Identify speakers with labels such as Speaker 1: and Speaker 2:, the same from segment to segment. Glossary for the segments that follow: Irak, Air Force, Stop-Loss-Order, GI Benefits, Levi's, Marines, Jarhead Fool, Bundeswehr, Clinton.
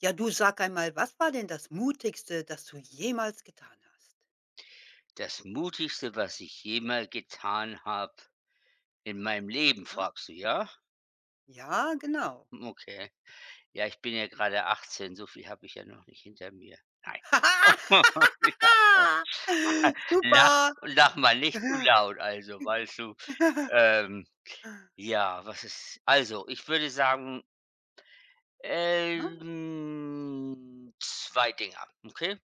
Speaker 1: Ja, du sag einmal, was war denn das Mutigste, das du jemals getan hast?
Speaker 2: Das Mutigste, was ich jemals getan habe in meinem Leben,
Speaker 1: Ja,
Speaker 2: fragst du, ja?
Speaker 1: ja genau.
Speaker 2: Okay. Ja, ich bin ja gerade 18, so viel habe ich ja noch nicht hinter mir. Nein. Lach
Speaker 1: Super.
Speaker 2: Lach mal nicht zu laut, also, weißt du? Ähm, ja, was ist ich würde sagen,
Speaker 1: Ne?
Speaker 2: zwei Dinger, okay?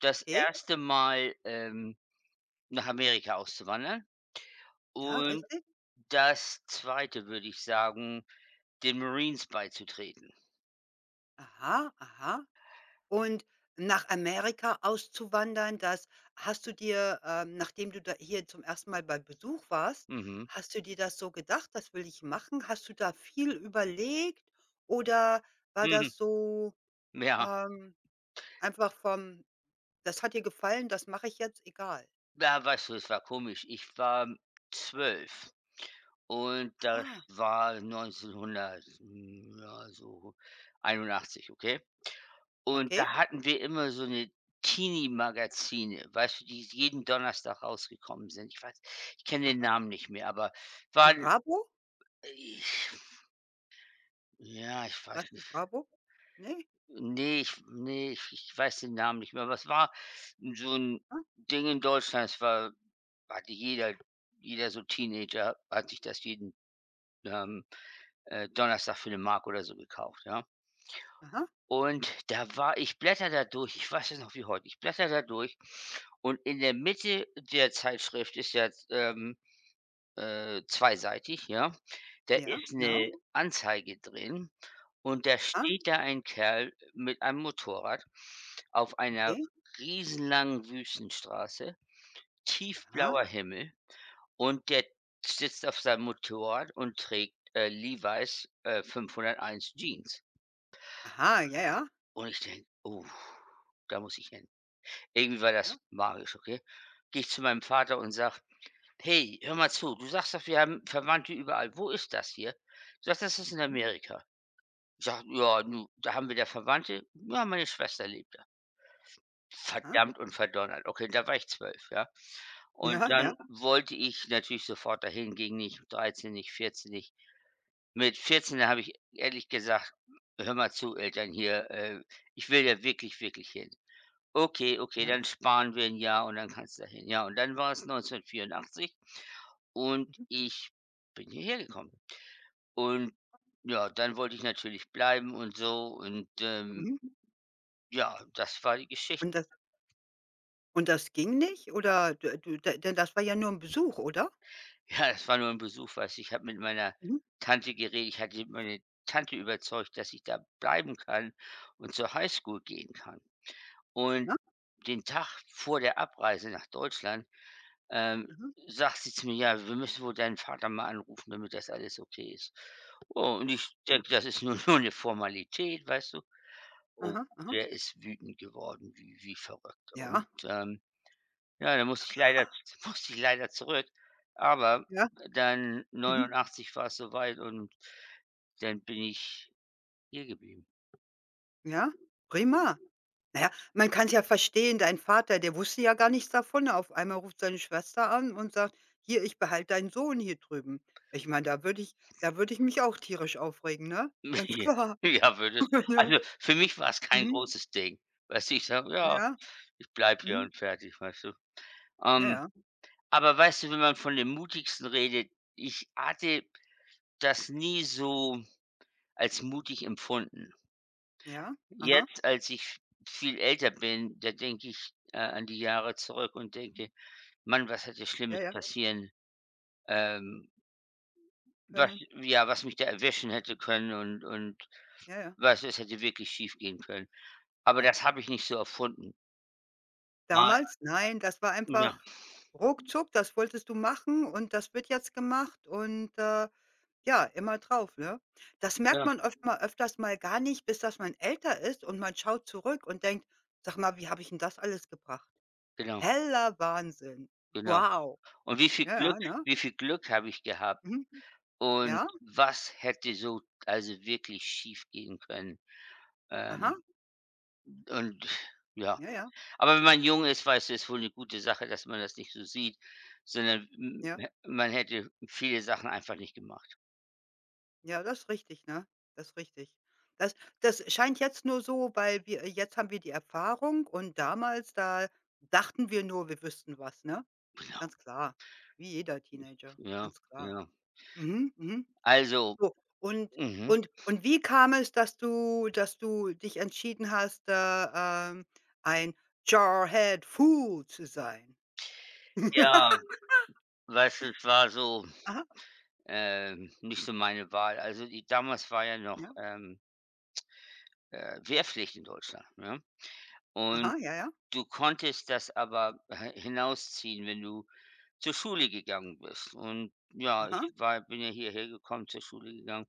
Speaker 2: Das
Speaker 1: Okay,
Speaker 2: erste Mal, nach Amerika auszuwandern
Speaker 1: ja,
Speaker 2: und
Speaker 1: richtig.
Speaker 2: das zweite würde ich sagen, den Marines beizutreten.
Speaker 1: Aha, aha. Und nach Amerika auszuwandern, das hast du dir, nachdem du da hier zum ersten Mal bei Besuch warst,
Speaker 2: Mhm.
Speaker 1: hast du dir das so gedacht: „Das will ich machen?" Hast du da viel überlegt oder war
Speaker 2: Mhm.
Speaker 1: das so,
Speaker 2: Ja.
Speaker 1: ähm Einfach vom: „Das hat dir gefallen, das mache ich jetzt, egal."
Speaker 2: Ja, weißt du, es war komisch. Ich war 12 und das
Speaker 1: Ah,
Speaker 2: war 1900, ja, so 81, okay? Und
Speaker 1: okay.
Speaker 2: da hatten wir immer so eine Teenie-Magazine, weißt du, die jeden Donnerstag rausgekommen sind. Ich kenne den
Speaker 1: Aha.
Speaker 2: Namen nicht mehr, aber
Speaker 1: Die
Speaker 2: waren
Speaker 1: Bravo?
Speaker 2: ich ja, ich weiß
Speaker 1: Was die
Speaker 2: nicht.
Speaker 1: Bravo? Ne?
Speaker 2: Nee, ich ne, ich ich weiß den Namen nicht mehr. Was war so ein
Speaker 1: Ah,
Speaker 2: Ding in Deutschland. Es war Hatte jeder so Teenager hat sich das jeden, ähm, Donnerstag für eine Mark oder so gekauft, ja?
Speaker 1: aha,
Speaker 2: Und da war ich blättere da durch, ich weiß es noch wie heute, ich blättere da durch und in der Mitte der Zeitschrift ist ja, zweiseitig, ja? Da
Speaker 1: ja,
Speaker 2: ist
Speaker 1: genau.
Speaker 2: 'ne Anzeige drin und da
Speaker 1: Ah,
Speaker 2: steht da ein Kerl mit einem Motorrad auf einer
Speaker 1: okay.
Speaker 2: riesenlangen Wüstenstraße,
Speaker 1: Aha,
Speaker 2: tiefblauer Himmel. Und der sitzt auf seinem Motorrad und trägt, Levi's, 501
Speaker 1: mhm.
Speaker 2: Jeans.
Speaker 1: Aha, ja, ja,
Speaker 2: Und ich denke: „Oh, da muss ich hin.“ Irgendwie war das
Speaker 1: ja,
Speaker 2: magisch, okay? Gehe ich zu meinem Vater und sage: „Hey, hör mal zu, du sagst doch, wir haben Verwandte überall. Wo ist das hier?“ Du sagst: „Das ist in
Speaker 1: mhm,
Speaker 2: Amerika.“ Ich sage: „Ja, nu, da haben wir da Verwandte? Ja, meine Schwester lebt da.“
Speaker 1: aha,
Speaker 2: Verdammt und verdonnert. Okay, da war ich 12, ja? Und
Speaker 1: ja,
Speaker 2: dann
Speaker 1: ja,
Speaker 2: wollte ich natürlich sofort dahin, ging nicht, 13 nicht, 14 nicht. Mit 14, da habe ich ehrlich gesagt: „Hör mal zu, Eltern hier, ich will ja wirklich, wirklich hin.“ „Okay, okay,
Speaker 1: ja,
Speaker 2: dann sparen wir ein Jahr und dann kannst du da hin.“ Ja, und dann war es 1984 und
Speaker 1: mhm,
Speaker 2: ich bin hierher gekommen. Und ja, dann wollte ich natürlich bleiben und so,
Speaker 1: mhm.
Speaker 2: ja, das war die Geschichte.
Speaker 1: Und das und das ging nicht oder du du de denn das war ja nur ein Besuch, oder?
Speaker 2: Ja, das war nur ein Besuch, weißt du? Ich habe mit meiner
Speaker 1: Mhm,
Speaker 2: Tante geredet. Ich hatte meine Tante überzeugt, dass ich da bleiben kann und zur Highschool gehen kann. Und
Speaker 1: aha,
Speaker 2: den Tag vor der Abreise nach Deutschland, ähm,
Speaker 1: aha,
Speaker 2: sagt sie zu mir: „Ja, wir müssen wohl deinen Vater mal anrufen, damit das alles okay ist.“ Oh, und ich
Speaker 1: okay.
Speaker 2: denke, das ist nur nur eine Formalität, weißt du? Oh,
Speaker 1: Aha, aha,
Speaker 2: der ist wütend geworden wie verrückt.
Speaker 1: ja.
Speaker 2: Ja, da musste ich leider musste ich leider zurück. Aber
Speaker 1: Ja,
Speaker 2: dann
Speaker 1: mhm,
Speaker 2: 89 war es soweit und dann bin ich hier geblieben.
Speaker 1: ja, prima. Na ja, man kann es ja verstehen, dein Vater, der wusste ja gar nichts davon. Auf einmal ruft seine Schwester an und sagt: „Hier, ich behalte deinen Sohn hier drüben." Ich meine, da würde ich mich auch tierisch aufregen, ne? Ganz klar.
Speaker 2: Ja, würde
Speaker 1: Ja.
Speaker 2: für mich war es kein
Speaker 1: Mhm.
Speaker 2: großes Ding. Weißt du, ich sage: „Ja.“
Speaker 1: Ja.
Speaker 2: Ich bleibe hier
Speaker 1: Mhm.
Speaker 2: und fertig, weißt du?
Speaker 1: Ja,
Speaker 2: Ähm,
Speaker 1: ja.
Speaker 2: aber weißt du, wenn man von den Mutigsten redet, ich hatte das nie so als mutig empfunden.
Speaker 1: Ja. Aha.
Speaker 2: Jetzt, als ich viel älter bin, da denke ich, an die Jahre zurück und denke: „Mann, was hätte
Speaker 1: Ja,
Speaker 2: Schlimmes
Speaker 1: ja.
Speaker 2: passieren, ähm, was
Speaker 1: Können.
Speaker 2: ja, was mich da erwischen hätte können und
Speaker 1: Ja, ja.
Speaker 2: was es hätte wirklich schiefgehen können.“ Aber das habe ich nicht so erfunden. War
Speaker 1: Damals? Nein, das war
Speaker 2: ja,
Speaker 1: einfach ruckzuck, das wolltest du machen und das wird jetzt gemacht. Ja, immer drauf, ne? Das merkt
Speaker 2: ja,
Speaker 1: man oft mal öfters mal gar nicht, bis dass man älter ist und man schaut zurück und denkt: „Sag mal, wie habe ich 'n das alles gebracht?"
Speaker 2: genau,
Speaker 1: Heller Wahnsinn.
Speaker 2: genau.
Speaker 1: Wow.
Speaker 2: Und wie viel
Speaker 1: Ja,
Speaker 2: Glück
Speaker 1: ja, ne?
Speaker 2: Wie viel Glück habe ich gehabt?
Speaker 1: Mhm.
Speaker 2: Und
Speaker 1: Ja,
Speaker 2: was hätte so also wirklich schiefgehen können?
Speaker 1: aha.
Speaker 2: Ähm, und ja,
Speaker 1: Ja, ja,
Speaker 2: aber wenn man jung ist, weißt du, ist wohl eine gute Sache, dass man das nicht so sieht, sondern m
Speaker 1: ja.
Speaker 2: hä man hätte viele Sachen einfach nicht gemacht.
Speaker 1: Ja, das ist richtig, ne? Das ist richtig. Das das scheint jetzt nur so, weil wir jetzt haben wir die Erfahrung und damals, da dachten wir nur, wir wüssten was, ne? Ganz klar, wie jeder Teenager,
Speaker 2: Ja,
Speaker 1: ganz klar.
Speaker 2: ja.
Speaker 1: Mhm, mhm.
Speaker 2: Also,
Speaker 1: So, und
Speaker 2: mhm,
Speaker 1: und wie kam es, dass du dich entschieden hast, da, ein Jarhead Fool zu sein?
Speaker 2: ja, weißt du, es war so,
Speaker 1: Aha,
Speaker 2: nicht so meine Wahl. Also, die damals war ja
Speaker 1: ja,
Speaker 2: noch, Wehrpflicht in Deutschland, ne? Und
Speaker 1: aha, ja, ja,
Speaker 2: du konntest das aber h hinausziehen, wenn du zur Schule gegangen bist. Und ja, ich
Speaker 1: aha,
Speaker 2: war bin ja hierher gekommen, zur Schule gegangen.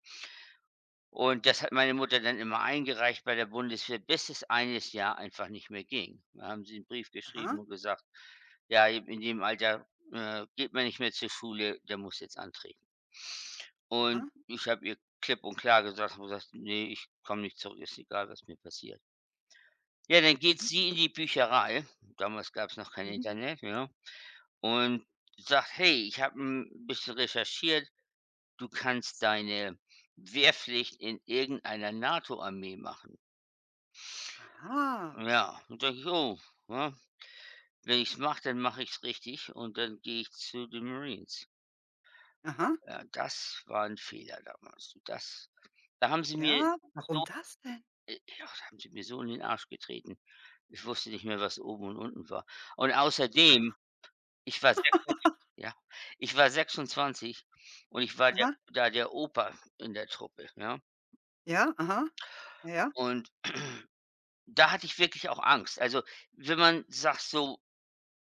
Speaker 2: Und das hat meine Mutter dann immer eingereicht bei der Bundeswehr, bis es eines Jahr einfach nicht mehr ging. Da haben sie einen Brief geschrieben
Speaker 1: aha,
Speaker 2: und gesagt: „Ja, in dem Alter, geht man nicht mehr zur Schule, der muss jetzt antreten.“ Und
Speaker 1: aha,
Speaker 2: ich habe ihr klipp und klar gesagt habe gesagt: nee, ich komme nicht zurück, ist egal, was mir passiert.“ Ja, dann geht
Speaker 1: mhm,
Speaker 2: sie in die Bücherei. Damals gab es noch kein
Speaker 1: mhm.
Speaker 2: Internet, ja? Und sagt: „Hey, ich habe ein bisschen recherchiert. Du kannst deine Wehrpflicht in irgendeiner NATO-Armee machen.“
Speaker 1: Aha,
Speaker 2: Ja, und denke ich: „Oh, ja, wenn ich's mache, dann mache ich es richtig und dann gehe ich zu den Marines.“
Speaker 1: aha,
Speaker 2: Ja, das war ein Fehler damals. Das da haben sie mir
Speaker 1: ja, warum
Speaker 2: so
Speaker 1: das denn?
Speaker 2: ja, da haben sie mir so in den Arsch getreten. Ich wusste nicht mehr, was oben und unten war. Und außerdem, ich war sechsundzwanzig, ja. Ich war 26 und ich war
Speaker 1: Aha,
Speaker 2: der Opa in der Truppe, ja?
Speaker 1: ja, aha, ja, ja,
Speaker 2: Und da hatte ich wirklich auch Angst. Also, wenn man sagt, so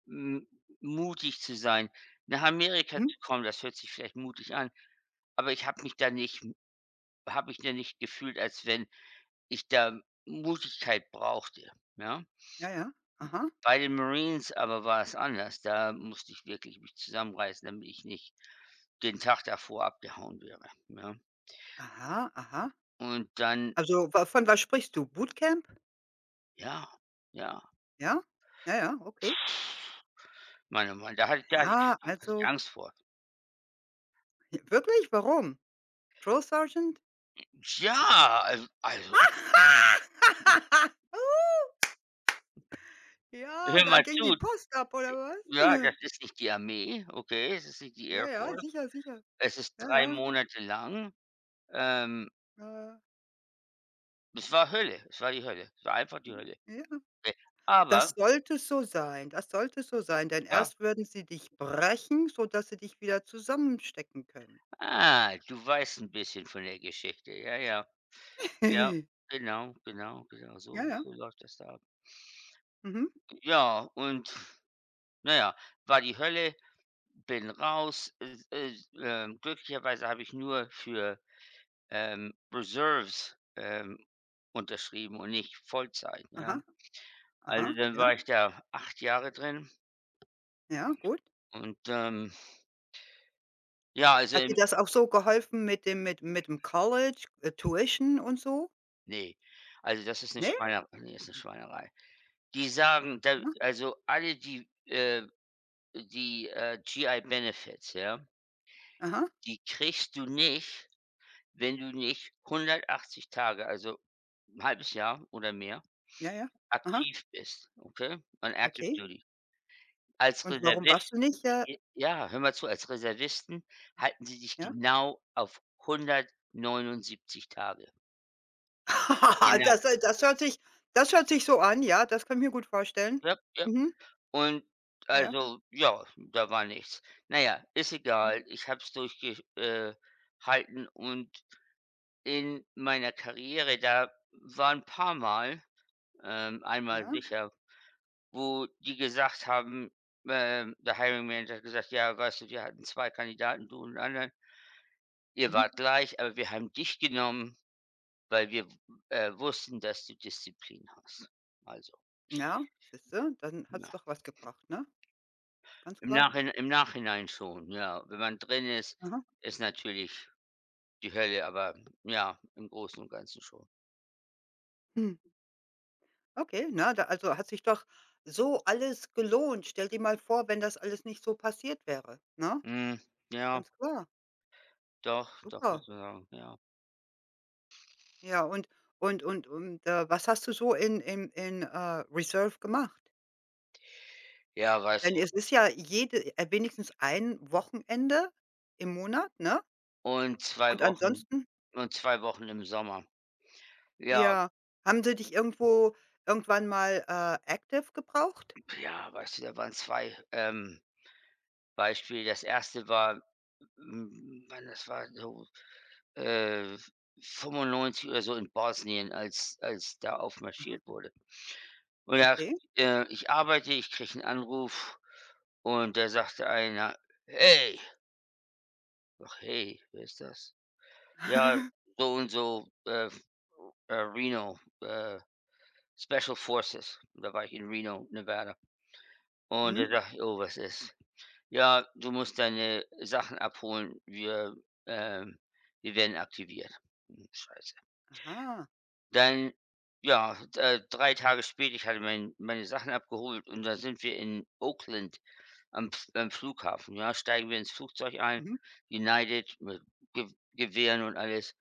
Speaker 2: m mutig zu sein, nach Amerika
Speaker 1: mhm,
Speaker 2: zu kommen, das hört sich vielleicht mutig an, aber ich habe mich da nicht gefühlt, als wenn ich da Mutigkeit brauchte, ja?
Speaker 1: ja, ja, aha,
Speaker 2: Bei den Marines aber war es anders. Da musste ich wirklich mich zusammenreißen, damit ich nicht den Tag davor abgehauen wäre, ja?
Speaker 1: aha, aha.
Speaker 2: Und dann
Speaker 1: Also, wa von was sprichst du? Bootcamp?
Speaker 2: ja, ja.
Speaker 1: Ja? Ja, ja, okay.
Speaker 2: Meine Mann, da
Speaker 1: Ja,
Speaker 2: hatte ich
Speaker 1: also,
Speaker 2: Angst vor.
Speaker 1: j wirklich? Warum? Drill Sergeant?
Speaker 2: Also,
Speaker 1: Ja,
Speaker 2: hör
Speaker 1: da
Speaker 2: mal
Speaker 1: ging
Speaker 2: zu,
Speaker 1: die Post ab oder was?
Speaker 2: ja, das ist nicht die Armee, okay, es ist nicht die
Speaker 1: Ja,
Speaker 2: Air
Speaker 1: ja,
Speaker 2: Force.
Speaker 1: sicher, sicher.
Speaker 2: Es ist
Speaker 1: Ja,
Speaker 2: 3
Speaker 1: ja,
Speaker 2: Monate lang. Ähm,
Speaker 1: äh,
Speaker 2: es war Hölle, es war die Hölle. Es war einfach die
Speaker 1: hm,
Speaker 2: Hölle.
Speaker 1: ja.
Speaker 2: Okay.
Speaker 1: Das
Speaker 2: Aber
Speaker 1: sollte so sein, das sollte so sein, denn
Speaker 2: ja,
Speaker 1: erst würden sie dich brechen, sodass sie dich wieder zusammenstecken können.
Speaker 2: du weißt ein bisschen von der Geschichte. Ja, ja, ja, genau, genau, genau,
Speaker 1: Ja,
Speaker 2: so
Speaker 1: ja.
Speaker 2: läuft das da ab.
Speaker 1: Mhm.
Speaker 2: Ja, und naja, war die Hölle. Bin raus. Es es glücklicherweise habe ich nur für, Reserves, unterschrieben und nicht Vollzeit, ja.
Speaker 1: Aha,
Speaker 2: Also,
Speaker 1: aha,
Speaker 2: dann
Speaker 1: ja,
Speaker 2: war ich da 8 Jahre drin
Speaker 1: ja, gut.
Speaker 2: und, ähm, ja, also,
Speaker 1: Hat dir
Speaker 2: im
Speaker 1: das auch so geholfen mit dem College, Tuition und so?
Speaker 2: ne, also, das ist
Speaker 1: Ne?
Speaker 2: Ist 'ne Schweinerei. Die sagen, da
Speaker 1: Mhm.
Speaker 2: also, alle die, GI Benefits, ja,
Speaker 1: Aha,
Speaker 2: die kriegst du nicht, wenn du nicht 180 Tage, also 'n halbes Jahr oder mehr
Speaker 1: ja, ja. Aha,
Speaker 2: aktiv bist, okay? On active
Speaker 1: okay.
Speaker 2: duty. Als
Speaker 1: Und warum
Speaker 2: Reservist
Speaker 1: warst du nicht,
Speaker 2: j ja, hör mal zu, als Reservisten halten sie dich
Speaker 1: ja?
Speaker 2: genau auf 179 Tage. Genau.
Speaker 1: Das äh, das hört sich das hört sich so an, ja, das kann ich mir gut vorstellen.
Speaker 2: Ja, ja.
Speaker 1: Mhm.
Speaker 2: Und
Speaker 1: Ja, ja.
Speaker 2: also, ja, da war nichts. Na ja, ist
Speaker 1: Mhm.
Speaker 2: egal. Ich habe es durchgehalten. Und in meiner Karriere, da war 'n paarmal, einmal
Speaker 1: Ja.
Speaker 2: sicher, wo die gesagt haben, der Hiring Manager hat gesagt: „Ja, weißt du, wir hatten 2 Kandidaten, du und 'n anderen. Ihr
Speaker 1: Mhm.
Speaker 2: wart gleich, aber wir haben dich genommen, weil wir wussten, dass du Disziplin hast.“ Also,
Speaker 1: Ja, siehst du, dann hat's
Speaker 2: ja.
Speaker 1: doch was gebracht, ne? Ganz klar.
Speaker 2: Im Nachhinein schon, ja. Wenn man drin ist,
Speaker 1: Aha.
Speaker 2: ist natürlich die Hölle, aber ja, im Großen und Ganzen schon.
Speaker 1: Hm. Okay, na, da also, hat sich doch so alles gelohnt. Stell dir mal vor, wenn das alles nicht so passiert wäre, ne?
Speaker 2: Hm, ja,
Speaker 1: Ganz klar.
Speaker 2: doch, doch,
Speaker 1: Super.
Speaker 2: muss man sagen, ja.
Speaker 1: Ja, und was hast du so in Reserve gemacht?
Speaker 2: Ja, weißt
Speaker 1: Denn
Speaker 2: du,
Speaker 1: es ist ja jede wenigstens ein Wochenende im Monat, ne?
Speaker 2: und 2
Speaker 1: Und
Speaker 2: Wochen
Speaker 1: ansonsten
Speaker 2: und 2 Wochen im Sommer. Ja.
Speaker 1: ja. Haben sie dich irgendwo irgendwann mal, active gebraucht?
Speaker 2: Ja, weißt du, da waren zwei, Beispiele. Das erste war, wann das war, so äh, 95 oder so, in Bosnien, als da
Speaker 1: Aha,
Speaker 2: aufmarschiert wurde. Und da
Speaker 1: okay.
Speaker 2: ich arbeite, ich kriege einen Anruf und da sagte einer: „Hey!“ Sage: „Hey, wer ist das?“ „Ja, so und so, Reno, Special Forces.“ Da war ich in Reno, Nevada. Und
Speaker 1: Mhm.
Speaker 2: er dachte ich: „Oh, was ist?“ Ja, du musst deine Sachen abholen. Ähm wir werden aktiviert. Hm, scheiße.
Speaker 1: Aha.
Speaker 2: Dann, ja, 3 Tage später, ich hatte meine Sachen abgeholt und da sind wir in Oakland am Flughafen, ja, steigen wir ins Flugzeug ein,
Speaker 1: Mhm.
Speaker 2: United mit Ge Gewehren und alles.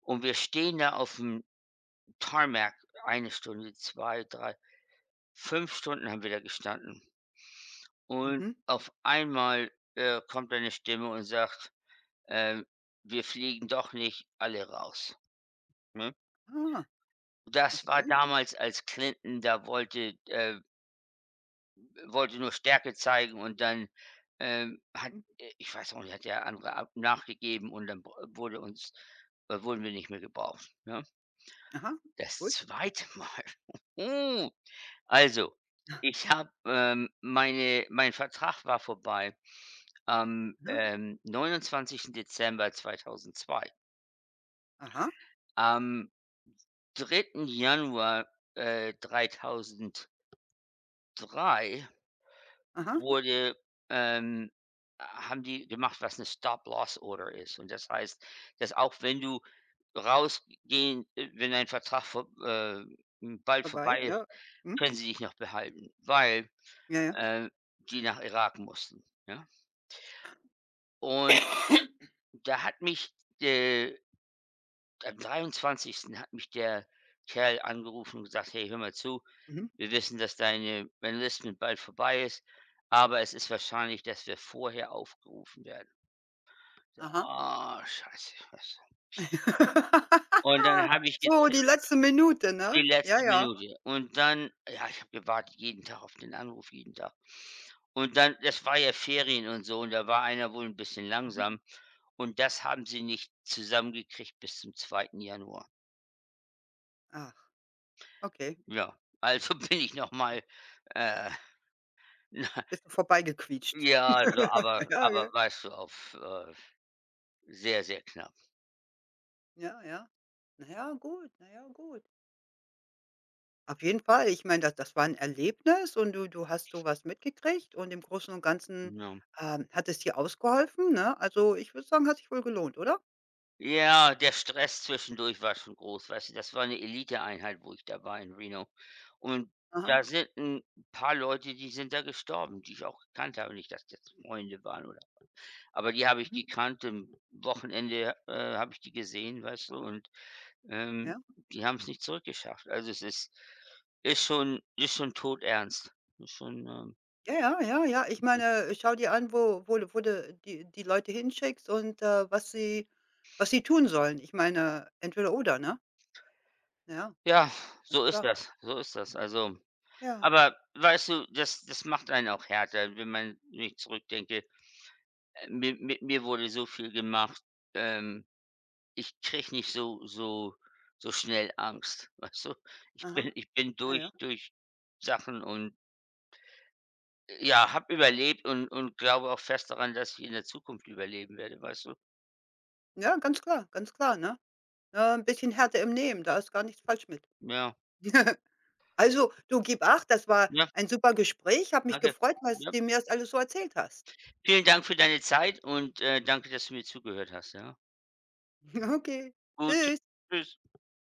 Speaker 2: Und wir stehen da auf dem Tarmac eine Stunde, 2, 3, 5 Stunden haben wir da gestanden. Und
Speaker 1: Mhm.
Speaker 2: auf einmal, kommt eine Stimme und sagt ähm, wir fliegen doch nicht alle raus, ne?
Speaker 1: Ah,
Speaker 2: Das war
Speaker 1: okay.
Speaker 2: damals, als Clinton da wollte, wollte nur Stärke zeigen, und dann, hat
Speaker 1: Mhm.
Speaker 2: ich weiß auch nicht, hat der andere ab nachgegeben und dann b wurde uns wurden wir nicht mehr gebraucht, ne?
Speaker 1: Aha,
Speaker 2: Das
Speaker 1: gut.
Speaker 2: zweite Mal. Uh, also, ich habe, meine mein Vertrag war vorbei am,
Speaker 1: Aha.
Speaker 2: 29. Dezember 2002.
Speaker 1: Aha.
Speaker 2: Am Dritten Januar, 2003
Speaker 1: Aha.
Speaker 2: wurde, ähm haben die gemacht, was eine Stop-Loss-Order ist. Und das heißt, dass auch wenn du rausgehen wenn ein Vertrag bald
Speaker 1: Vorbei,
Speaker 2: vorbei ist,
Speaker 1: ja. Mhm.
Speaker 2: können sie dich noch behalten, weil,
Speaker 1: Ja, ja.
Speaker 2: äh, die nach Irak mussten, ja? Und da hat mich, äh am 23. hat mich der Kerl angerufen und gesagt: „Hey, hör mal zu,
Speaker 1: Mhm.
Speaker 2: wir wissen, dass deine Enlistment bald vorbei ist, aber es ist wahrscheinlich, dass wir vorher aufgerufen werden. So,
Speaker 1: Aha.
Speaker 2: ah, scheiße. Was dann habe ich
Speaker 1: So,
Speaker 2: geze
Speaker 1: die letzte Minute,
Speaker 2: die
Speaker 1: ne? Ja,
Speaker 2: letzte
Speaker 1: ja.
Speaker 2: Minute und dann ja, ich habe gewartet jeden Tag auf den Anruf, jeden Tag. Und dann, das war ja Ferien und so, und da war einer wohl ein bisschen
Speaker 1: Mhm.
Speaker 2: langsam und das haben sie nicht zusammengekriegt bis zum zweiten Januar.
Speaker 1: Ach, okay.
Speaker 2: Ja, also bin ich noch mal, äh, na
Speaker 1: Bist du vorbeigequietscht.
Speaker 2: ja, so,
Speaker 1: Ja,
Speaker 2: aber
Speaker 1: ja.
Speaker 2: weißt du, auf, sehr, sehr knapp,
Speaker 1: Ja, ja. Na ja, gut, na ja, gut. Auf jeden Fall. Ich meine, das war ein Erlebnis und du hast so was mitgekriegt und im Großen und Ganzen,
Speaker 2: ja.
Speaker 1: hat es dir ausgeholfen, ne? Also, ich würde sagen, hat sich wohl gelohnt, oder?
Speaker 2: Ja, der Stress zwischendurch war schon groß, weißt du? Das war 'ne Eliteeinheit, wo ich da war in Reno. Und
Speaker 1: Aha.
Speaker 2: da sind 'n paar Leute, die sind da gestorben, die ich auch gekannt habe. Nicht, dass das Freunde waren oder, aber die habe ich
Speaker 1: Mhm.
Speaker 2: gekannt. Am Wochenende, habe ich die gesehen, weißt du?
Speaker 1: Ja.
Speaker 2: Ähm, die haben's nicht zurückgeschafft. Also, es ist ist schon todernst. Ist schon,
Speaker 1: Ja, ja, ja, ja. Ich meine, schau dir an, wo du die Leute hinschickst und, was sie tun sollen. Ich meine, entweder oder, ne? Ja,
Speaker 2: ja,
Speaker 1: ganz
Speaker 2: so ist
Speaker 1: klar.
Speaker 2: das, so ist das. Also,
Speaker 1: Ja.
Speaker 2: aber weißt du, das macht einen auch härter, wenn man, wenn zurückdenke. Mi mit mir wurde so viel gemacht, ähm, ich krieg nicht so so schnell Angst, weißt du?
Speaker 1: Aha.
Speaker 2: Ich bin
Speaker 1: Ja, ja.
Speaker 2: durch Sachen und ja, habe überlebt und glaube auch fest daran, dass ich in der Zukunft überleben werde, weißt du?
Speaker 1: Ja, ganz klar, ne? Ja, 'n bisschen Härte im Nehmen, da ist gar nichts falsch mit.
Speaker 2: Ja,
Speaker 1: Also, du gib acht, das war
Speaker 2: ja,
Speaker 1: ein super Gespräch. Habe mich
Speaker 2: danke.
Speaker 1: gefreut, was
Speaker 2: Ja.
Speaker 1: du mir das alles so erzählt hast.
Speaker 2: Vielen Dank für deine Zeit und, danke, dass du mir zugehört hast, ja?
Speaker 1: Okay,
Speaker 2: Gut,
Speaker 1: tschüss.
Speaker 2: tschüss.